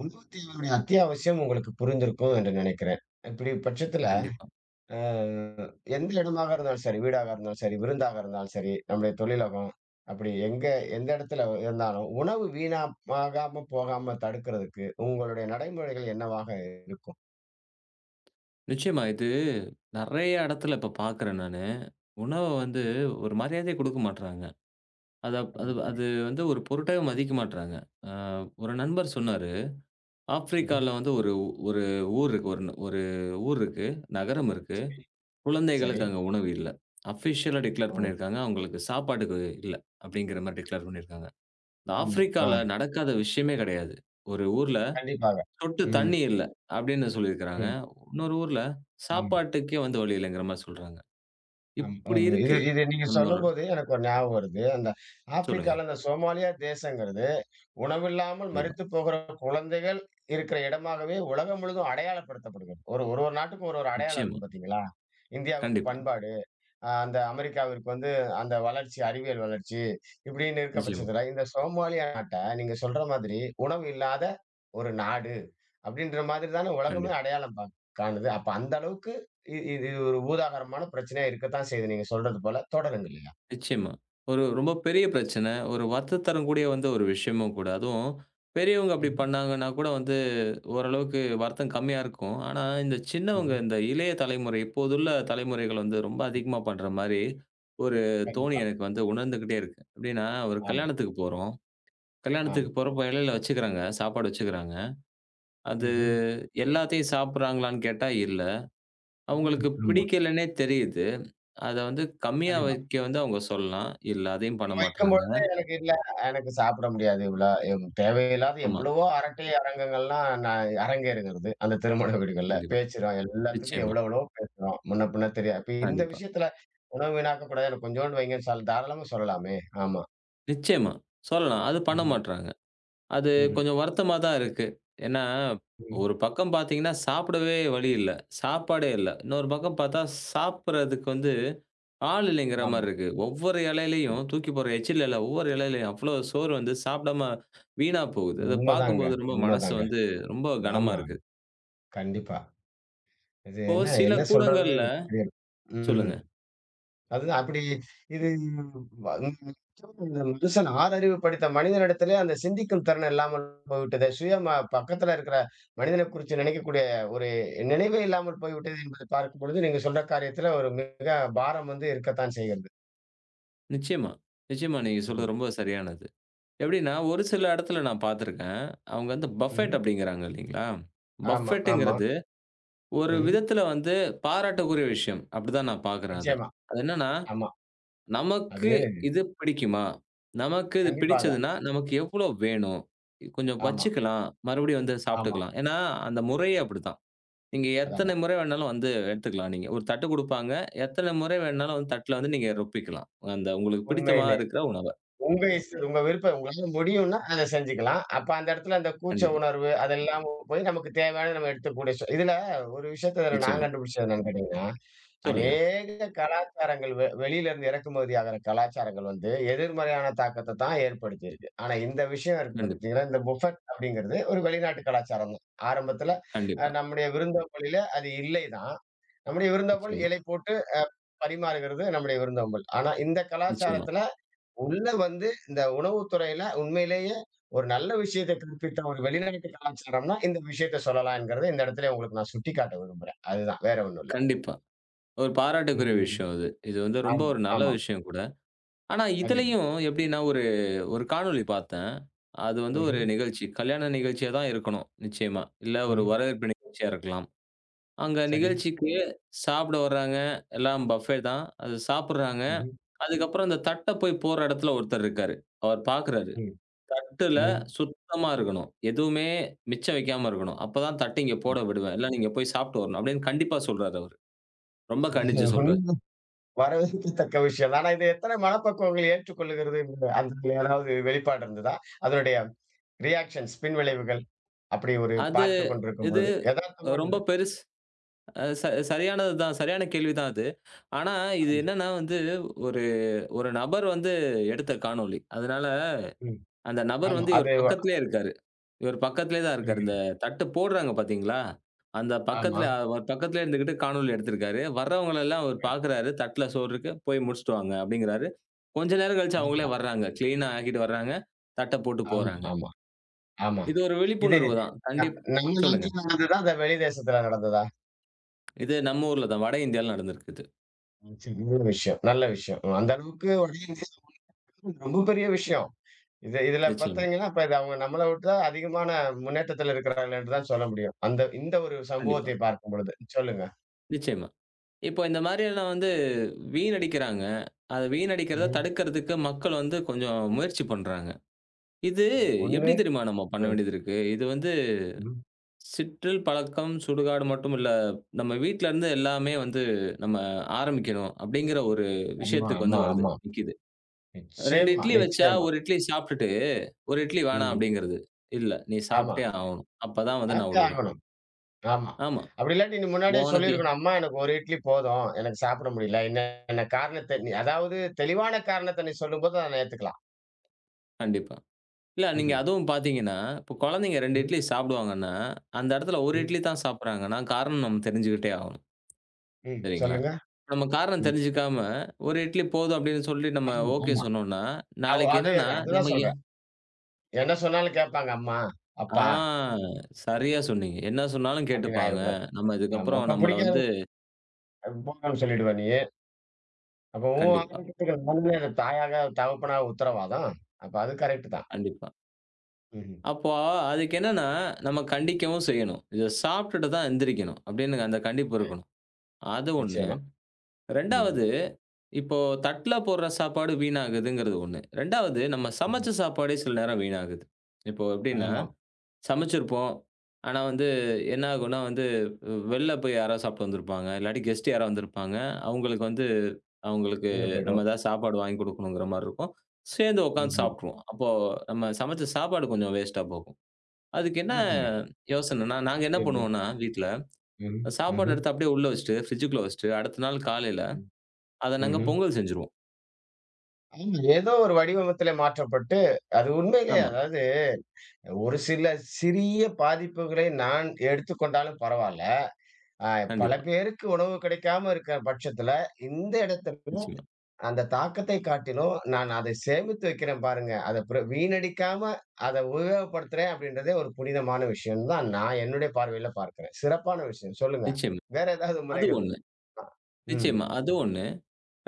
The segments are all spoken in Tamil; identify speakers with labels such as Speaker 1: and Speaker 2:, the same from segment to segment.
Speaker 1: உணவு தேவையுடைய அத்தியாவசியம் உங்களுக்கு புரிந்திருக்கும் என்று நினைக்கிறேன். இப்படி பட்சத்துல
Speaker 2: கண்டிப்பா.
Speaker 1: அ எந்த இடமாக இருந்தாலும் சரி, வீடாக இருந்தாலும் சரி, விருந்தாக இருந்தாலும் சரி, நம்முடைய தொழிலகம் அப்படி எங்க எந்த இடத்துல இருந்தாலும் உணவு வீணாகாம போகாம தடுக்கிறதுக்கு உங்களுடைய நடைமுறைகள் என்னவாக இருக்கும்?
Speaker 2: நிச்சயமா. இது நெறைய இடத்துல இப்ப பார்க்குறேன் நானு. உணவ வந்து
Speaker 1: ம்.
Speaker 2: ஒரு மரியாதையே குடுக்க மாட்றாங்க. அது அப் அது
Speaker 1: கண்டிப்பாக.
Speaker 2: அது வந்து ஒரு பொருட்டாவே மதிக்க மாட்றாங்க. அ ஒரு நண்பர் சொன்னாரு,
Speaker 1: ம்ஹ்ம்.
Speaker 2: ஆப்பிரிக்கால வந்து ஒரு ஒரு ஊர் இருக்கு. ஒரு ஒரு ஊர் இருக்கு. நகரம் இருக்கு.
Speaker 1: சரி.
Speaker 2: குழந்தைகளுக்கு அங்க உணவு இல்ல. அஃபிஷியலா டிக்ளேர்
Speaker 1: ஓ!
Speaker 2: பண்ணியிருக்காங்க. அவங்களுக்கு சாப்பாட்டுக்கு இல்ல. அப்படிங்கிற மாரி டிக்ளேர் பண்ணியிருக்காங்க. இந்த
Speaker 1: ஆமா. ஆ
Speaker 2: ஆப்பிரிக்கால நடக்காத விஷயமே கிடையாது. ஒரு ஊர்ல
Speaker 1: கண்டிப்பாக.
Speaker 2: சொட்டு
Speaker 1: ம்.
Speaker 2: தண்ணி இல்ல அப்படின்னு சொல்லியிருக்கிறாங்க.
Speaker 1: ம்.
Speaker 2: இன்னொரு ஊர்ல
Speaker 1: ஆமா.
Speaker 2: சாப்பாட்டுக்கே வந்து வழி இல்லங்கிற மாரி சொல்றாங்க.
Speaker 1: ஆமா.
Speaker 2: இப்படி
Speaker 1: ம். இது
Speaker 2: இருக்கு
Speaker 1: இது நீங்க
Speaker 2: நம்மளோட
Speaker 1: சொல்லும்போது எனக்கு ஒரு ஞாபகம் வருது. அந்த
Speaker 2: சொல்லுங்க.
Speaker 1: ஆப்பிரிக்கால அந்த சோமாலியா தேசங்கிறது உணவில்லாமல்
Speaker 2: கண்டிப்பா.
Speaker 1: மரித்துப் போகிற குழந்தைகள் இருக்கிற இடமாகவே உலகம் முழுதும் அடையாளப்படுத்தப்படுகிறது. ஒரு ஒரு ஒரு நாட்டுக்கும் ஒரு ஒரு அடையாளம்
Speaker 2: நிச்சயமா.
Speaker 1: இருக்கும் பார்த்தீங்களா? இந்தியாவுக்கு
Speaker 2: கண்டிப்பா.
Speaker 1: பண்பாடு, அந்த அமெரிக்காவிற்கு வந்து அந்த வளர்ச்சி, அறிவியல் வளர்ச்சி இப்படின்னு இருக்க
Speaker 2: நிச்சயமா.
Speaker 1: பட்சத்தில, இந்த சோமாலியா நாட்ட நீங்க சொல்ற மாதிரி உணவு இல்லாத ஒரு நாடு அப்படின்ற மாதிரி தானே உலகமே
Speaker 2: கண்டிப்பா.
Speaker 1: அடையாளம் காணுது. அப்ப அந்த அளவுக்கு இ இது இது ஒரு ஊதாகரமான பிரச்சனையா இருக்கத்தான் செய்யுது. நீங்க சொல்றது போல தொடருங்க இல்லையா?
Speaker 2: நிச்சயமா. ஒரு ரொம்ப பெரிய பிரச்சனை. ஒரு வருத்தம் தரக்கூடிய வந்து ஒரு விஷயமும் கூட. அதுவும் பெரியவங்க அப்படி
Speaker 1: ம்ஹ்ம்.
Speaker 2: பண்ணாங்கன்னா கூட வந்து ஓரளவுக்கு வருத்தம் கம்மியா இருக்கும். ஆனா இந்த சின்னவங்க
Speaker 1: ம்ஹ்ம்.
Speaker 2: இந்த இளைய தலைமுறை, இப்போதுள்ள தலைமுறைகள் வந்து ரொம்ப அதிகமா பண்ற மாரி ஒரு தோணி
Speaker 1: கண்டிப்பா.
Speaker 2: எனக்கு வந்து உணர்ந்துகிட்டே இருக்கு. எப்படின்னா ஒரு
Speaker 1: ஆமா,
Speaker 2: கல்யாணத்துக்கு போறோம்.
Speaker 1: ஆமா.
Speaker 2: கல்யாணத்துக்கு போறப்ப இலையில வச்சுக்கிறாங்க. சாப்பாடு வச்சுக்கிறாங்க. அது
Speaker 1: ம்ஹ்ம்.
Speaker 2: எல்லாத்தையும் சாப்பிடுறாங்களான்னு கேட்டா இல்ல.
Speaker 1: ம்.
Speaker 2: அவங்களுக்கு
Speaker 1: ஆமா.
Speaker 2: பிடிக்கலன்னே தெரியுது. அத வந்து கம்மியா
Speaker 1: கண்டிப்பா.
Speaker 2: வைக்க வந்து அவங்க சொல்லலாம். இல்ல அதையும் பண்ண மாட்றாங்க.
Speaker 1: வைக்கும்பொழுது எனக்கு இல்ல, எனக்கு சாப்பிட முடியாது இவ்ளோ. எம் தேவையில்லாத
Speaker 2: ஆமா.
Speaker 1: எவ்வளவோ அரட்டை அரங்கங்கள்லாம் நான் அரங்கேறுகிறது. அந்த திருமண வீடுகள்ல.
Speaker 2: கண்டிப்பா.
Speaker 1: பேசுறோம். எல்லாத்துக்கும்
Speaker 2: நிச்சயமா.
Speaker 1: எவ்வளோ எவ்வளவோ பேசுறோம். முன்ன பின்ன தெரியாது. இப்ப இந்த
Speaker 2: கண்டிப்பா.
Speaker 1: விஷயத்துல உணவு வீணாக்க கூடாது. எனக்கு கொஞ்சோண்டு வைங்கன்னு சொல் தாராளமா சொல்லலாமே! ஆமா.
Speaker 2: நிச்சயமா. சொல்லலாம். அது பண்ண
Speaker 1: ம்ஹ்ம்.
Speaker 2: மாட்றாங்க. அது
Speaker 1: ம்ஹ்ம்.
Speaker 2: கொஞ்சம் வருத்தமா தான் இருக்கு. ஏன்னா,
Speaker 1: ம்.
Speaker 2: ஒரு பக்கம் பார்த்தீங்கன்னா, சாப்பிடவே வழி இல்ல. சாப்பாடே இல்ல. இன்னொரு பக்கம் பார்த்தா சாப்பிடுறதுக்கு வந்து ஆள் இல்லைங்கிற
Speaker 1: ஆமா.
Speaker 2: மாரி இருக்கு. ஒவ்வொரு
Speaker 1: அ
Speaker 2: இலையிலயும் தூக்கி போடுற எச்சில் இல்ல, ஒவ்வொரு இலையிலயும் அவ்ளோ சோறு வந்து சாப்பிடாம வீணா போகுது. அத
Speaker 1: உண்மதாங்க.
Speaker 2: பார்க்கும்போது ரொம்ப மனசு
Speaker 1: உண்மதாங்க.
Speaker 2: வந்து ரொம்ப கனமா
Speaker 1: ஆமா.
Speaker 2: இருக்கு.
Speaker 1: கண்டிப்பா. இது
Speaker 2: இப்போ
Speaker 1: என்ன
Speaker 2: சில
Speaker 1: என்ன சொல்றது?
Speaker 2: கூடங்கள்ல
Speaker 1: ம்ஹ்ம்.
Speaker 2: சொல்லுங்க.
Speaker 1: அதுதான் அப்படி இது வ- இந்த மனுஷன் ஆறறிவு படித்த மனிதனிடத்திலே அந்த சிந்திக்கும் திறன் இல்லாமல் போய்விட்டது. சுயமா பக்கத்துல இருக்கிற மனிதனை குறித்து நினைக்கக்கூடிய ஒரு நினைவே இல்லாமல் போய்விட்டது என்பதை பார்க்கும்பொழுது, நீங்க சொல்ற காரியத்துல ஒரு மிக பாரம் வந்து இருக்கத்தான் செய்கிறது.
Speaker 2: நிச்சயமா, நிச்சயமா நீங்க
Speaker 1: ம்ஹ்ம்.
Speaker 2: சொல்றது ரொம்ப சரியானது. எப்படின்னா, ஒரு சில இடத்துல நான் பார்த்துருக்கேன். அவங்க வந்து
Speaker 1: ம்ஹ்ம்.
Speaker 2: பஃபெட் அப்படிங்கிறாங்க இல்லைங்களா?
Speaker 1: ஆமா, ஆமா.
Speaker 2: பஃபெட்டுங்கிறது ஒரு
Speaker 1: ம்ஹ்ம்.
Speaker 2: விதத்துல வந்து பாராட்டக்கூடிய விஷயம். அப்படிதான் நான் பார்க்குறேன் அத.
Speaker 1: நிச்சயமா.
Speaker 2: அது என்னன்னா
Speaker 1: ஆமா. அது
Speaker 2: நமக்கு இது பிடிக்குமா? நமக்கு இது
Speaker 1: கண்டிப்பாக.
Speaker 2: பிடிச்சதுன்னா, நமக்கு எவ்வளோ வேணும்? கொஞ்சம்
Speaker 1: ஆமா,
Speaker 2: வச்சுக்கலாம். மறுபடியும் வந்து
Speaker 1: ஆமா.
Speaker 2: சாப்பிட்டுக்கலாம். ஏன்னா, அந்த முறையே அப்படித்தான். நீங்க
Speaker 1: அதான்,
Speaker 2: எத்தனை
Speaker 1: அதான்.
Speaker 2: முறை வேணாலும் வந்து எடுத்துக்கலாம் நீங்க. ஒரு தட்டு குடுப்பாங்க. எத்தனை முறை வேணாலும் வந்து தட்டுல வந்து நீங்க ரொப்பிக்கலாம். அந்த உங்களுக்கு பிடித்தமா
Speaker 1: உண்மையிலே.
Speaker 2: இருக்கிற உணவ.
Speaker 1: உங்க விருப்பம். உங்களால முடியும்னா அத செஞ்சுக்கலாம். அப்ப அந்த இடத்துல அந்த கூச்ச
Speaker 2: கண்டிப்பா.
Speaker 1: உணர்வு அதெல்லாம் போய் நமக்கு தேவையானத நம்ம எடுத்துக்கூடிய இதுல ஒரு விஷயத்த இதுல நான்
Speaker 2: நிச்சயமா.
Speaker 1: கண்டுபிடிச்சது என்னன்னு கேட்டீங்கன்னா,
Speaker 2: சொல்லுங்க.
Speaker 1: அநேக கலாச்சாரங்கள் வெளியிலருந்து இறக்குமதி ஆகுற கலாச்சாரங்கள் வந்து எதிர்மறையான தாக்கத்த தான் ஏற்படுத்தியிருக்கு. ஆனா இந்த விஷயம் இருக்கு
Speaker 2: கண்டிப்பா,
Speaker 1: பார்த்தீங்களா, இந்த புஃபட் அப்படிங்கிறது ஒரு வெளிநாட்டு கலாச்சாரம் தான். ஆரம்பத்துல
Speaker 2: கண்டிப்பா.
Speaker 1: நம்முடைய விருந்தோம்பலில அது இல்லை தான். நம்முடைய விருந்தோம்பல்
Speaker 2: நிச்சயமா,
Speaker 1: இலை போட்டு பரிமாறுகிறது நம்முடைய விருந்தோம்பல். ஆனா இந்த
Speaker 2: நிச்சயமா.
Speaker 1: கலாச்சாரத்துல உள்ள வந்து இந்த உணவுத்துறையில உண்மையிலேயே ஒரு நல்ல விஷயத்தை கற்பித்த ஒரு வெளிநாட்டு கலாச்சாரம்னா, இந்த விஷயத்த சொல்லலாம் என்கிறத இந்த இடத்திலே உங்களுக்கு நான் சுட்டிக்காட்ட விரும்புறேன். அதுதான் வேற ஒண்ணும் இல்ல.
Speaker 2: கண்டிப்பா. ஒரு பாராட்டுக்குரிய
Speaker 1: ம்.
Speaker 2: விஷயம் இது. இது வந்து ரொம்ப
Speaker 1: ஆமா,
Speaker 2: ஒரு நல்ல
Speaker 1: ஆமா.
Speaker 2: விஷயம் கூட. ஆனா,
Speaker 1: கண்டிப்பா.
Speaker 2: இதுலயும் எப்படின்னா, ஒரு ஒரு காணொளி பார்த்தேன். அது வந்து ஒரு
Speaker 1: ம்ஹ்ம்.
Speaker 2: நிகழ்ச்சி. கல்யாண நிகழ்ச்சியா தான் இருக்கணும், நிச்சயமா. இல்ல ஒரு
Speaker 1: ம்.
Speaker 2: வரவேற்பு நிகழ்ச்சியா இருக்கலாம். அங்க
Speaker 1: சரி.
Speaker 2: நிகழ்ச்சிக்கு சாப்பிட வர்றாங்க. எல்லாம் பஃபே தான். அது சாப்பிடுறாங்க.
Speaker 1: ம்ஹ்ம்.
Speaker 2: அதுக்கப்புறம் அந்த தட்ட போய் போடுற இடத்துல ஒருத்தர் இருக்காரு. அவர் பார்க்குறாரு.
Speaker 1: ம்.
Speaker 2: தட்டுல
Speaker 1: ம்.
Speaker 2: சுத்தமா இருக்கணும். எதுவுமே மிச்சம் வைக்காம இருக்கணும். அப்பதான் தட்டு இங்க போட விடுவேன். இல்ல நீங்க போய் சாப்பிட்டு வரணும். அப்படின்னு கண்டிப்பா சொல்றாரு அவரு. ரொம்ப
Speaker 1: அது
Speaker 2: கண்டிச்சு சொல்றாரு.
Speaker 1: உண்மை. வரவேற்கத்தக்க விஷயம். ஆனா இது எத்தனை மனப்பக்குவங்கள் ஏற்றுக்கொள்ளுகிறது என்று அதுல ஏதாவது வெளிப்பாடு இருந்ததா? அதனுடைய ரியாக்ஷன்ஸ் பின்விளைவுகள் அப்படி ஒரு
Speaker 2: அது
Speaker 1: பார்த்துக் கொண்டிருக்கும்
Speaker 2: இது
Speaker 1: பொழுது
Speaker 2: ரொம்ப
Speaker 1: எதார்த்தமானது.
Speaker 2: பெருசு அ ச சரியானது தான். சரியான கேள்வி தான் அது. ஆனா, இது
Speaker 1: ஆமா.
Speaker 2: என்னன்னா வந்து ஒரு ஒரு நபர் வந்து எடுத்த காணொளி. அதனால
Speaker 1: ம்.
Speaker 2: அந்த நபர்
Speaker 1: ஆமா.
Speaker 2: வந்து
Speaker 1: அது
Speaker 2: இவர் பக்கத்திலேயே இருக்காரு. இவர் பக்கத்திலேயே தான் இருக்காரு. இந்த
Speaker 1: புரிகிறது.
Speaker 2: தட்டு போடுறாங்க பார்த்தீங்களா? அந்த
Speaker 1: ஆமா.
Speaker 2: பக்கத்தில அவர் பக்கத்திலேயே இருந்துகிட்டு காணொளி எடுத்திருக்காரு. வர்றவங்கள எல்லாம் அவர் பார்க்குறாரு. தட்ல சோறு இருக்கு. போய் முடிச்சுட்டு வாங்க அப்படிங்கிறாரு. கொஞ்ச நேரம் கழிச்சு அவங்களே
Speaker 1: கண்டிப்பா.
Speaker 2: வர்றாங்க. கிளீனா ஆக்கிட்டு வர்றாங்க. தட்ட போட்டு
Speaker 1: ஆமா,
Speaker 2: போறாங்க.
Speaker 1: ஆமா, ஆமா.
Speaker 2: இது ஒரு
Speaker 1: இது ந
Speaker 2: விழிப்புணர்வு தான்.
Speaker 1: நம்ம
Speaker 2: சொல்லுங்க.
Speaker 1: நாட்டுல நடந்ததா? இல்ல வெளி தேசத்துல நடந்ததா?
Speaker 2: இது நம்ம ஊர்ல தான். வட இந்தியால நடந்திருக்கு இது.
Speaker 1: ம், சரி நல்ல விஷயம், நல்ல விஷயம். ம். அந்த அளவுக்கு வட இந்தியாவுக்கு ரொம்ப பெரிய விஷயம். இதுல
Speaker 2: நிச்சயமா.
Speaker 1: பாத்தீங்கன்னா, இப்ப இது அவங்க நம்மள விட அதிகமான முன்னேற்றத்துல இருக்கிறார்கள் என்று தான் சொல்ல முடியும். அந்த இந்த ஒரு
Speaker 2: கண்டிப்பா.
Speaker 1: சம்பவத்தை பார்க்கும் பொழுது. சொல்லுங்க.
Speaker 2: நிச்சயமா. இப்போ இந்த மாரியெல்லாம் வந்து வீணடிக்கிறாங்க. அத வீணடிக்கிறத
Speaker 1: ம்ஹ்ம்.
Speaker 2: தடுக்கிறதுக்கு மக்கள் வந்து கொஞ்சம் முயற்சி பண்றாங்க. இது
Speaker 1: 1
Speaker 2: எப்படி தெரியுமா நம்ம பண்ண
Speaker 1: ம்,
Speaker 2: வேண்டியது இருக்கு? இது வந்து
Speaker 1: ம்.
Speaker 2: சிற்றில் பழக்கம், சுடுகாடு மட்டும் இல்ல. நம்ம வீட்லருந்து எல்லாமே வந்து நம்ம ஆரம்பிக்கணும் அப்படிங்கிற ஒரு
Speaker 1: ஆமா,
Speaker 2: விஷயத்துக்கு
Speaker 1: ஆமா,
Speaker 2: வந்து வருது,
Speaker 1: ஆமா.
Speaker 2: நிக்கிது. 2
Speaker 1: நிச்சயமா,
Speaker 2: இட்லி வச்சா,
Speaker 1: நிச்சயமா.
Speaker 2: 1 இட்லி சாப்பிட்டுட்டு, 1 இட்லி வேணாம்
Speaker 1: ம்.
Speaker 2: அப்படிங்கிறது. இல்ல, நீ
Speaker 1: ஆமா.
Speaker 2: சாப்பிட்டே ஆவணும். அப்பதான் வந்து நான்
Speaker 1: ஹாப்பி
Speaker 2: விடுவேன்.
Speaker 1: ஆகணும். ஆமா.
Speaker 2: ஆமா.
Speaker 1: அப்படி இல்லாட்டி நீ முன்னாடியே
Speaker 2: உனக்கு
Speaker 1: சொல்லியிருக்கணும். "அம்மா எனக்கு 1 இட்லி போதும். எனக்கு சாப்பிட முடியல." என்னென்ன காரணத்த நீ அதாவது தெளிவான காரணத்த நீ சொல்லும்போது அத நான் ஏத்துக்கலாம்.
Speaker 2: கண்டிப்பா. இல்ல நீங்க
Speaker 1: ம்ஹ்ம்.
Speaker 2: அதுவும் பார்த்தீங்கன்னா, இப்ப குழந்தைங்க 2
Speaker 1: ம்,
Speaker 2: இட்லி சாப்பிடுவாங்கன்னா, அந்த இடத்துல 1
Speaker 1: ம்,
Speaker 2: இட்லி தான் சாப்பிடுறாங்கன்னா, காரணம் நம்ம தெரிஞ்சுக்கிட்டே ஆகணும்.
Speaker 1: ம்.
Speaker 2: சரிங்களா?
Speaker 1: சொல்லுங்க.
Speaker 2: நம்ம காரணம்
Speaker 1: ம்.
Speaker 2: தெரிஞ்சுக்காம, 1 இட்லி போதும் அப்படின்னு சொல்லி நம்ம
Speaker 1: ஆமா,
Speaker 2: ஓகே
Speaker 1: ஆமா.
Speaker 2: சொன்னோம்னா,
Speaker 1: அவ்
Speaker 2: நாளைக்கு
Speaker 1: அது
Speaker 2: என்னன்னா,
Speaker 1: அதுதான்
Speaker 2: நம்ம
Speaker 1: சொல்றேன். என்ன சொன்னாலும் கேட்பாங்க. அம்மா,
Speaker 2: ஆ
Speaker 1: அப்பா
Speaker 2: சரியா சொன்னீங்க. என்ன சொன்னாலும்
Speaker 1: அப்படின்னு
Speaker 2: கேட்டுப்பாங்க.
Speaker 1: ஆயிரக்கூடாது.
Speaker 2: நம்ம
Speaker 1: ஆமா.
Speaker 2: இதுக்கப்புறம்
Speaker 1: அப்ப
Speaker 2: நம்மள
Speaker 1: பிடிக்காது
Speaker 2: வந்து
Speaker 1: போங்கன்னு சொல்லிடுவ நீயு. அப்ப உன்
Speaker 2: கண்டிப்பா,
Speaker 1: ஆரோக்கியத்துக்கு நானுமே அந்த தாயாக, தகப்பனா உத்தரவாதம். அப்ப அது கரெக்ட் தான்.
Speaker 2: கண்டிப்பா.
Speaker 1: ம்ஹ்ம்.
Speaker 2: அப்போ அதுக்கு என்னன்னா, நம்ம கண்டிக்கவும் செய்யணும். இத சாப்பிட்டுட்டு தான் எந்திரிக்கணும் அப்படின்னு அந்த கண்டிப்பு
Speaker 1: சரி.
Speaker 2: இருக்கணும். அது 1.
Speaker 1: நிச்சயமா. ம்.
Speaker 2: 2வது இப்போ தட்ல போடுற சாப்பாடு வீணாகுதுங்கிறது ஒண்ணு. 2வது நம்ம
Speaker 1: ம்ஹ்ம்.
Speaker 2: சமைச்ச சாப்பாடே சில நேரம் வீணாகுது. இப்போ எப்படின்னா,
Speaker 1: ஆமாம்.
Speaker 2: சமைச்சிருப்போம். ஆனா வந்து என்ன ஆகும்னா வந்து, வெளில போய் யாராவது சாப்பிட்டு வந்திருப்பாங்க. இல்லாட்டி கெஸ்ட் யாரோ வந்திருப்பாங்க. அவங்களுக்கு வந்து அவங்களுக்கு
Speaker 1: நின்னு
Speaker 2: நம்ம
Speaker 1: போயிடும்.
Speaker 2: ஏதாவது சாப்பாடு வாங்கி குடுக்கணுங்கிற மாரி இருக்கும். சேர்ந்து உட்காந்து சாப்பிட்ருவோம். அப்போ நம்ம சமைச்ச சாப்பாடு கொஞ்சம் வேஸ்ட்டா போகும். அதுக்கு என்ன யோசனைன்னா, நாங்க என்ன
Speaker 1: ம்ஹ்ம்.
Speaker 2: பண்ணுவோம்னா வீட்ல,
Speaker 1: ம்.
Speaker 2: சாப்பாடு
Speaker 1: ம்ஹ்ம்.
Speaker 2: எடுத்து அப்படியே உள்ள வச்சுட்டு, ஃப்ரிட்ஜுக்குள்ள வச்சுட்டு, அடுத்த நாள் காலையில
Speaker 1: ம்.
Speaker 2: அத நாங்க
Speaker 1: ம்ஹ்ம்.
Speaker 2: பொங்கல் செஞ்சுருவோம்.
Speaker 1: ஆமா. ஏதோ ஒரு வடிவமத்திலே மாற்றப்பட்டு, அது உண்மையிலே
Speaker 2: ஆமா.
Speaker 1: அதாவது ஒரு சில சிறிய பாதிப்புகளை நான் எடுத்துக்கொண்டாலும் பரவால்ல. அ பல
Speaker 2: கண்டிப்பா.
Speaker 1: பேருக்கு உணவு கிடைக்காம இருக்கிற பட்சத்தில, இந்த இடத்துல
Speaker 2: நிச்சயமா,
Speaker 1: அந்த தாக்கத்தை காட்டிலும், நான் அதை சேமித்து வைக்கிறேன் பாருங்க. அத பிற வீணடிக்காம அத உபயோகப்படுத்துறேன் அப்படின்றதே ஒரு புனிதமான விஷயம் தான் நான் என்னுடைய பார்வையில பார்க்கிறேன். சிறப்பான விஷயம். சொல்லுங்க.
Speaker 2: நிச்சயமா.
Speaker 1: வேற ஏதாவது
Speaker 2: அது
Speaker 1: முறைகள்?
Speaker 2: 1.
Speaker 1: அ. ம்.
Speaker 2: நிச்சயமா, அது 1.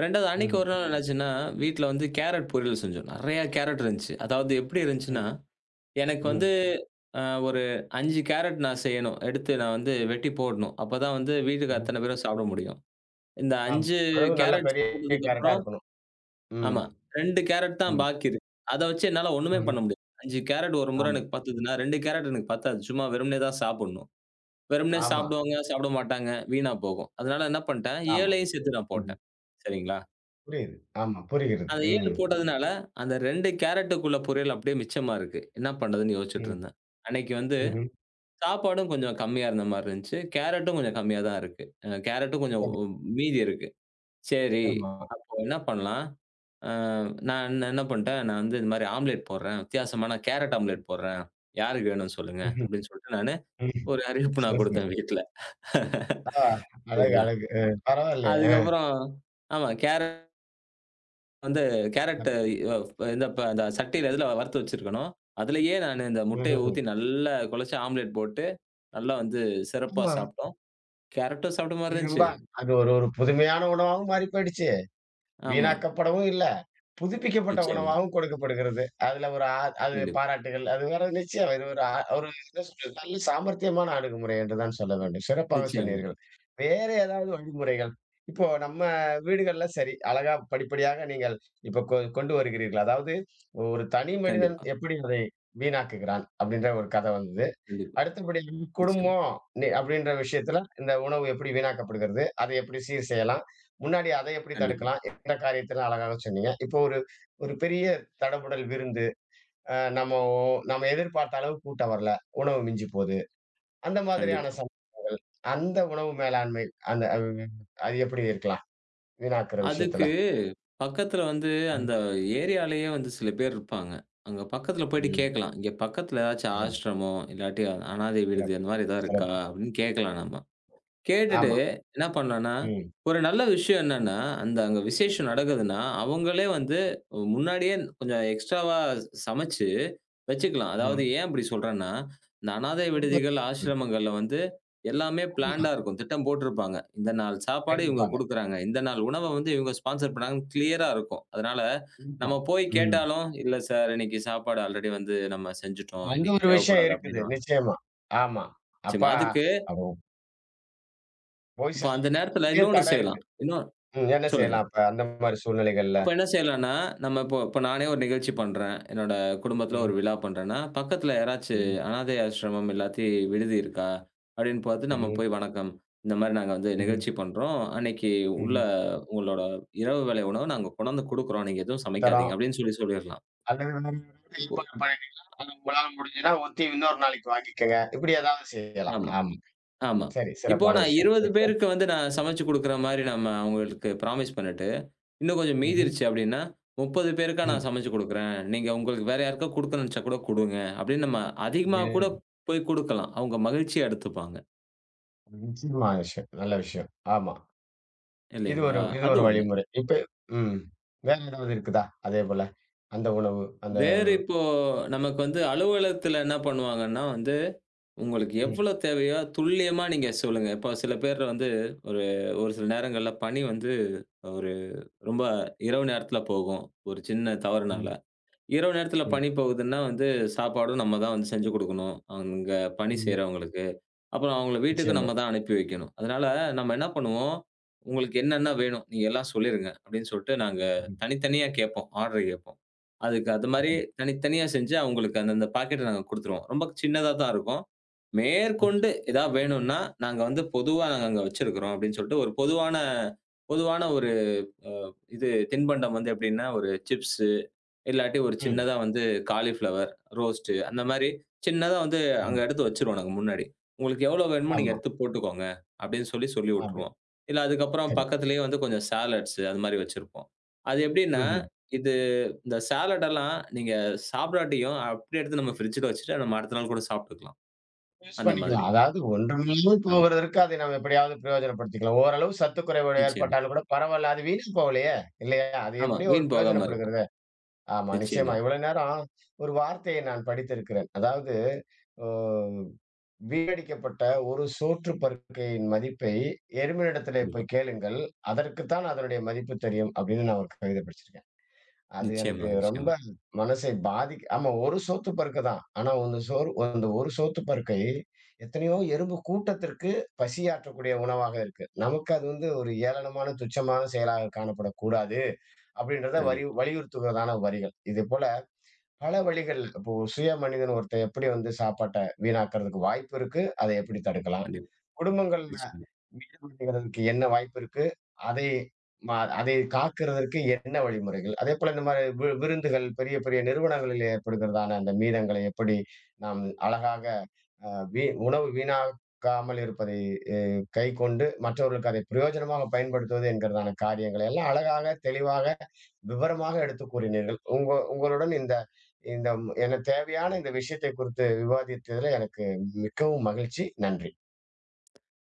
Speaker 2: 2வது அன்னைக்கு
Speaker 1: ம்ஹ்ம்.
Speaker 2: ஒரு நாள் என்னாச்சுன்னா, வீட்ல வந்து கேரட் பொரியல் செஞ்சோம். நெறையா கேரட் இருந்துச்சு. அதாவது எப்படி
Speaker 1: ம்.
Speaker 2: இருந்துச்சுன்னா, எனக்கு வந்து
Speaker 1: ம்.
Speaker 2: அ ஒரு 5 கேரட் நான் செய்யணும். எடுத்து நான் வந்து வெட்டி போடணும். அப்பதான் வந்து வீட்டுக்கு
Speaker 1: ம்.
Speaker 2: அத்தன பேரும் சாப்பிட முடியும். இந்த
Speaker 1: ஆமா.
Speaker 2: 5
Speaker 1: அதுவும் நல்ல
Speaker 2: கேரட்ஸ்
Speaker 1: பெரிய கேரட்டா
Speaker 2: போட்டதுக்கப்புறம்
Speaker 1: இருக்கணும். ம்,
Speaker 2: ஆமா. 2 கேரட் தான்
Speaker 1: ம்,
Speaker 2: பாக்கி இருக்கு. அத வச்சு என்னால ஒண்ணுமே
Speaker 1: ம்ஹ்ம்.
Speaker 2: பண்ண முடியாது. 5 கேரட் ஒரு முறை
Speaker 1: ஆமா,
Speaker 2: எனக்கு பத்துதுன்னா, 2 கேரட் எனக்கு பத்தாது. சும்மா வெறுமனே தான் சாப்பிடணும். வெறுமனே
Speaker 1: ஆமா,
Speaker 2: சாப்பிடுவாங்க, சாப்பிட மாட்டாங்க. வீணா போகும். அதனால என்ன பண்ட்டேன்,
Speaker 1: ஆமா.
Speaker 2: 7யும் சேர்த்து நான்
Speaker 1: ம்ஹ்ம்.
Speaker 2: போட்டேன். சரிங்களா?
Speaker 1: புரியுது. ஆமா, புரிகிறது.
Speaker 2: அந்த
Speaker 1: ம்,
Speaker 2: 7 போட்டதுனால, அந்த 2 கேரட்டுக்குள்ள பொரியல் அப்படியே மிச்சமா இருக்கு. என்ன பண்றதுன்னு யோசிச்சுட்டு
Speaker 1: ம்,
Speaker 2: இருந்தேன். அன்னைக்கு வந்து
Speaker 1: ம்ஹ்ம்.
Speaker 2: சாப்பாடும் கொஞ்சம் கம்மியா இருந்த மாரி இருந்துச்சு. கேரட்டும் கொஞ்சம் கம்மியா தான் இருக்கு. கேரட்டும் கொஞ்சம்
Speaker 1: சரி.
Speaker 2: மீதி இருக்கு. சரி,
Speaker 1: ஆமா.
Speaker 2: அப்போ என்ன பண்ணலாம்? அ நான் என்ன பண்ட்டேன், நான் வந்து இந்த மாரி ஆம்லெட் போடுறேன். வித்தியாசமான கேரட் ஆம்லெட் போடுறேன். யாருக்கு வேணும்னு சொல்லுங்க
Speaker 1: ம்ஹ்ம்,
Speaker 2: அப்படின்னு சொல்லிட்டு நானு
Speaker 1: ம்.
Speaker 2: ஒரு அறிவிப்பு நான்
Speaker 1: சரி, சரி.
Speaker 2: குடுத்தேன் வீட்ல.
Speaker 1: ஆ அழகு,
Speaker 2: சரிங்களா?
Speaker 1: அழகு. பரவாயில்லையே!
Speaker 2: அதுக்கப்புறம் ஆமா. கேரட் வந்து
Speaker 1: அ
Speaker 2: கேரட் இந்த அந்த சட்டியில இதுல வறுத்து வச்சிருக்கணும். அதிலேயே நானு இந்த முட்டைய
Speaker 1: ம்ஹ்ம்.
Speaker 2: ஊத்தி நல்லா குழச்சு ஆம்லெட் போட்டு, நல்லா வந்து சிறப்பா
Speaker 1: ஆமா.
Speaker 2: சாப்பிட்டோம். கேரட்டும் சாப்பிட்ட மாரி
Speaker 1: இது ரொம்ப
Speaker 2: இருந்துச்சு.
Speaker 1: அது ஒரு ஒரு புதுமையான உணவாவும் மாறி போயிடுச்சு.
Speaker 2: ஆமா.
Speaker 1: வீணாக்கப்படவும் இல்ல. புதுப்பிக்கப்பட்ட
Speaker 2: நிச்சயமா.
Speaker 1: உணவாகவும் கொடுக்கப்படுகிறது. அதுல ஒரு அது
Speaker 2: கண்டிப்பா.
Speaker 1: பாராட்டுகள். அது வேற நிச்சயம். இது ஒரு ஆ ஒரு என்ன சொல்றது, நல்ல சாமர்த்தியமான அணுகுமுறை என்று தான் சொல்ல வேண்டும். சிறப்பாக
Speaker 2: நிச்சயமா.
Speaker 1: சொன்னீர்கள். வேற ஏதாவது வழிமுறைகள்? இப்போ நம்ம வீடுகள்ல சரி, அழகா படிப்படியாக நீங்கள் இப்ப கொண்டு வருகிறீர்கள். அதாவது ஒரு தனி மனிதன்
Speaker 2: கண்டிப்பா.
Speaker 1: எப்படி அதை வீணாக்குகிறான்? அப்படின்ற ஒரு கதை வந்தது.
Speaker 2: கண்டிப்பா.
Speaker 1: அடுத்தபடி
Speaker 2: நிச்சயமா.
Speaker 1: குடும்பம் அப்படின்ற விஷயத்துல இந்த உணவு எப்படி வீணாக்கப்படுகிறது? அதை எப்படி சீர் செய்யலாம்? முன்னாடி அதை எப்படி
Speaker 2: கண்டிப்பா.
Speaker 1: தடுக்கலாம்? எந்த காரியத்துல அழகாக சொன்னீங்க. இப்போ ஒரு ஒரு பெரிய தடபுடல் விருந்து. நம்ம ஒ நம்ம எதிர்பார்த்த அளவு கூட்டம் வரல. உணவு மிஞ்சி போது. அந்த மாதிரியான
Speaker 2: கண்டிப்பா.
Speaker 1: அந்த உணவு மேலாண்மை அந்த ம் அது எப்படி இருக்கலாம்? வீணாக்குற விஷயத்துல.
Speaker 2: அதுக்கு பக்கத்துல வந்து
Speaker 1: ம்,
Speaker 2: அந்த ஏரியாலயே வந்து சில பேர் இருப்பாங்க. அங்க பக்கத்துல போயிட்டு
Speaker 1: ம்.
Speaker 2: கேட்கலாம். இங்க பக்கத்துல ஏதாச்சும்
Speaker 1: சிறப்பு,
Speaker 2: ஆஷ்ரமம், இல்லாட்டி அனாதை விடுதி
Speaker 1: சிறப்பு,
Speaker 2: அந்த மாரி ஏதாவது இருக்கா?
Speaker 1: சிறப்பு.
Speaker 2: அப்படின்னு கேட்கலாம் நம்ம. கேட்டுட்டு
Speaker 1: ஆமா.
Speaker 2: என்ன பண்ணேன்னா,
Speaker 1: ம்.
Speaker 2: ஒரு நல்ல விஷயம் என்னன்னா, அந்த அங்க விசேஷம் நடக்குதுன்னா, அவங்களே வந்து முன்னாடியே கொஞ்சம் எக்ஸ்ட்ராவா சமைச்சு வச்சுக்கலாம்.
Speaker 1: ஆமா.
Speaker 2: அதாவது ஏன் அப்படி சொல்றேன்னா, இந்த அனாதை
Speaker 1: ஆமா.
Speaker 2: விடுதிகள், ஆசிரமங்கள்ல வந்து எல்லாமே பிளான்டா இருக்கும். திட்டம் போட்டிருப்பாங்க. இந்த நாள் சாப்பாடு இவங்க
Speaker 1: கண்டிப்பாங்க.
Speaker 2: குடுக்குறாங்க. இந்த நாள் உணவ வந்து இவங்க ஸ்பான்சர் பண்ணாங்கன்னு கிளியரா இருக்கும். அதனால
Speaker 1: கண்டிப்பா.
Speaker 2: நம்ம போய்
Speaker 1: ம்.
Speaker 2: கேட்டாலும், "இல்ல சார், இன்னைக்கு சாப்பாடு ஆல்ரெடி வந்து நம்ம செஞ்சுட்டோம்.
Speaker 1: அங்க
Speaker 2: இன்னைக்கு
Speaker 1: ஒரு விஷயம்
Speaker 2: தேவைப்படாது"
Speaker 1: இருக்குது.
Speaker 2: அப்படின்னுவாங்க.
Speaker 1: நிச்சயமா. ஆமா. அப்ப
Speaker 2: நிச்சயமா. அதுக்கு
Speaker 1: அவ போய்
Speaker 2: இப்ப
Speaker 1: சேர
Speaker 2: அந்த
Speaker 1: வேண்டிய
Speaker 2: நேரத்துல
Speaker 1: இடத்துலயும்
Speaker 2: இன்னொன்னு
Speaker 1: தடை இருக்கு.
Speaker 2: செய்யலாம்.
Speaker 1: ம். என்ன
Speaker 2: சொல்லுங்க.
Speaker 1: செய்யலாம் அப்ப அந்த மாரி சூழ்நிலைகள்ல?
Speaker 2: அப்ப என்ன செய்யலான்னா, நம்ம இப்போ இப்போ நானே ஒரு நிகழ்ச்சி பண்றேன். என்னோட குடும்பத்தில ஒரு
Speaker 1: ம்.
Speaker 2: விழா பண்றேன்னா, பக்கத்தில யாராச்சு
Speaker 1: ம்.
Speaker 2: அனாதை ஆசிரமம் இல்லாட்டி விடுதி இருக்கா? அப்படின்னு பார்த்து நம்ம
Speaker 1: ம்ஹ்ம்.
Speaker 2: போய் வணக்கம். இந்த மாரி நாங்க வந்து
Speaker 1: ம்ஹ்ம்.
Speaker 2: நிகழ்ச்சி பண்றோம். அன்னைக்கு உள்ள
Speaker 1: ம்ஹ்ம்.
Speaker 2: உங்களோட இரவு வேளை உணவு நாங்க கொண்டாந்து குடுக்குறோம். நீங்க எதுவும்
Speaker 1: தரோம்.
Speaker 2: சமைக்காதீங்க அப்படின்னு சொல்லி சொல்லிறலாம்.
Speaker 1: அல்லது வேற ஏதாவது
Speaker 2: இப்போ
Speaker 1: ஏற்பாடு பண்ணிட்டீங்கன்னா, அது உங்களால முடிஞ்சதுன்னா ஒத்தி இன்னொரு நாளைக்கு வாங்கிக்கங்க. இப்படி ஏதாவது செய்யலாம்.
Speaker 2: ஆமா.
Speaker 1: ஆமா.
Speaker 2: ஆமா.
Speaker 1: சரி,
Speaker 2: இப்போ
Speaker 1: சிறப்பான
Speaker 2: நான்
Speaker 1: விஷயம்.
Speaker 2: 20
Speaker 1: நிச்சயம்.
Speaker 2: பேருக்கு வந்து நான் சமைச்சு குடுக்குற மாரி நம்ம அவங்களுக்கு ப்ராமிஸ் பண்ணிட்டு, இன்னும் கொஞ்சம்
Speaker 1: ம்ஹ்ம்.
Speaker 2: மீதிருச்சு அப்டின்னா, 30 பேருக்கா நான்
Speaker 1: ம்.
Speaker 2: சமைச்சு குடுக்குறேன். நீங்க உங்களுக்கு வேற யாருக்கா குடுக்கணும்னு நெனச்சா கூட குடுங்க. அப்டின்னு நம்ம அதிகமா கூட
Speaker 1: ம்.
Speaker 2: போய் குடுக்கலாம். அவங்க மகிழ்ச்சியா எடுத்துப்பாங்க.
Speaker 1: நிச்சயமான விஷயம். நல்ல விஷயம். ஆமா. இது
Speaker 2: இல்லைங்களா?
Speaker 1: ஒரு இது
Speaker 2: அது
Speaker 1: ஒரு
Speaker 2: ஒண்ணு.
Speaker 1: வழிமுறை. இப்ப ம். வேற ஏதாவது இருக்குதா? அதே போல. அந்த உணவு, அந்த
Speaker 2: வேறு இப்போ நமக்கு வந்து அலுவலகத்துல என்ன பண்ணுவாங்கன்னா வந்து, உங்களுக்கு
Speaker 1: ம்.
Speaker 2: எவ்வளோ தேவையோ துல்லியமா நீங்க சொல்லுங்க. இப்போ சில பேர் வந்து ஒரு ஒரு சில நேரங்கள்ல பணி வந்து ஒரு ரொம்ப இரவு நேரத்துல போகும். ஒரு சின்ன தவறுனால.
Speaker 1: ம்.
Speaker 2: இரவு நேரத்தில
Speaker 1: ம்.
Speaker 2: பனி போகுதுன்னா வந்து, சாப்பாடும் நம்ம தான் வந்து செஞ்சு குடுக்கணும். அங்க பணி
Speaker 1: ம்.
Speaker 2: செய்றவங்களுக்கு. அப்புறம் அவங்கள வீட்டுக்கு
Speaker 1: நிச்சயமா.
Speaker 2: நம்ம தான் அனுப்பி வைக்கணும். அதனால நம்ம என்ன பண்ணுவோம், "உங்களுக்கு என்னென்ன வேணும்? நீங்க எல்லாம் சொல்லிருங்க." அப்படின்னு சொல்லிட்டு நாங்க
Speaker 1: ம்ஹ்ம்.
Speaker 2: தனித்தனியா கேட்போம். ஆர்டர் கேட்போம். அதுக்கு அது மாரி
Speaker 1: ஆமா.
Speaker 2: தனித்தனியா செஞ்சு அவங்களுக்கு அந்தந்த பாக்கெட்ட நாங்க குடுத்துருவோம். ரொம்ப சின்னதா தான் இருக்கும்.
Speaker 1: ம்.
Speaker 2: மேற்கொண்டு எதா வேணும்னா, நாங்க வந்து பொதுவா நாங்க அங்க வச்சிருக்கிறோம் அப்படின்னு சொல்லிட்டு ஒரு பொதுவான பொதுவான ஒரு இது தின்பண்டம் வந்து எப்படின்னா, ஒரு சிப்ஸு இல்லாட்டி ஒரு சின்னதா வந்து காலிஃப்ளவர் ரோஸ்ட்டு அந்த மாரி சின்னதா வந்து அங்க
Speaker 1: ம்.
Speaker 2: எடுத்து வச்சுருவோம் நாங்க முன்னாடி. உங்களுக்கு எவ்வளோ வேணுமோ நீங்க
Speaker 1: ஆமா.
Speaker 2: எடுத்து போட்டுக்கோங்க அப்படின்னு சொல்லி, சொல்லி
Speaker 1: அப்படி.
Speaker 2: விட்டுருவோம். இல்ல அதுக்கப்புறம்
Speaker 1: சரி.
Speaker 2: பக்கத்திலேயே வந்து கொஞ்சம் சாலட்ஸ் அது மாரி வச்சிருப்போம். அது எப்படின்னா,
Speaker 1: ம்ஹ்ம்.
Speaker 2: இது இந்த சாலட் எல்லாம் நீங்க சாப்பிடாட்டியும் அப்படியே எடுத்து நம்ம ஃப்ரிட்ஜ்ல வச்சுட்டு நம்ம அடுத்த நாள் கூட சாப்பிட்டுக்கலாம்.
Speaker 1: யூஸ்
Speaker 2: அந்த மாதிரி.
Speaker 1: பண்ணிக்கலாம். அதாவது ஒன்றுமில்லாம
Speaker 2: ஆமா.
Speaker 1: போகிறதற்கு அதை நாம் எப்படியாவது பிரயோஜனப்படுத்திக்கலாம். ஓரளவு சத்து குறைபாடு
Speaker 2: நிச்சயமா.
Speaker 1: ஏற்பட்டாலும் கூட பரவால்ல. அது வீண் போகலையே! இல்லையா? அது
Speaker 2: ஆமா.
Speaker 1: எப்படியோ ஒரு
Speaker 2: வீண் போகாம இருக்கும்.
Speaker 1: பிரயோஜனப்படுகிறது. ஆமா, நிச்சயமா.
Speaker 2: நிச்சயமா.
Speaker 1: இவ்வளவு நேரம் ஒரு வார்த்தையை நான் படித்திருக்கிறேன். அதாவது ஓ வீணடிக்கப்பட்ட ஒரு சோற்று பருக்கையின் மதிப்பை எருமையினிடத்திலே
Speaker 2: கண்டிப்பா.
Speaker 1: போய் கேளுங்கள். அதற்கு தான் அதனுடைய மதிப்பு தெரியும் அப்படின்னு நான் ஒரு கவிதை படிச்சிருக்கேன். அது எனக்கு
Speaker 2: நிச்சயமா,
Speaker 1: ரொம்ப
Speaker 2: நிச்சயமா.
Speaker 1: மனசை ஆமா ஒரு சோத்து பருக்க தான். ஆனா அந்த சோறு அந்த ஒரு சோத்து பருக்கை எத்தனையோ எறும்பு கூட்டத்திற்கு பசியாற்றக்கூடிய உணவாக இருக்கு. நமக்கு அது வந்து ஒரு ஏளனமான, துச்சமான செயலாக காணப்படக்கூடாது அப்படின்றத வரி
Speaker 2: கண்டிப்பா,
Speaker 1: வலியுறுத்துகிறதான வரிகள். இதேபோல பல வழிகள் இப்போ ஒரு சுய மனிதன் ஒருத்தன் எப்படி வந்து சாப்பாட்ட வீணாக்குறதுக்கு வாய்ப்பு இருக்கு, அதை எப்படி தடுக்கலாம்.
Speaker 2: கண்டிப்பா.
Speaker 1: குடும்பங்கள்ல
Speaker 2: நிச்சயமா.
Speaker 1: மீள்வதற்கு என்ன வாய்ப்பு இருக்கு? அதை ம அதை காக்கிறதற்கு என்ன வழிமுறைகள்? அதேபோல இந்த மாரி விருந்துகள் பெரிய, பெரிய நிறுவனங்களில் ஏற்படுகிறதான அந்த மீதங்களை எப்படி நாம் அழகாக அ வீ உணவு வீணாக்காமல் இருப்பதை எ கைக்கொண்டு மற்றவர்களுக்கு அதை பிரயோஜனமாக பயன்படுத்துவது என்கிறதான காரியங்களை எல்லாம் அழகாக, தெளிவாக, விவரமாக எடுத்துக் கூறினீர்கள். உங்களுடன் இந்த இந்த ம- என தேவையான இந்த விஷயத்தை குறித்து விவாதித்ததில எனக்கு மிக்கவும் மகிழ்ச்சி. நன்றி.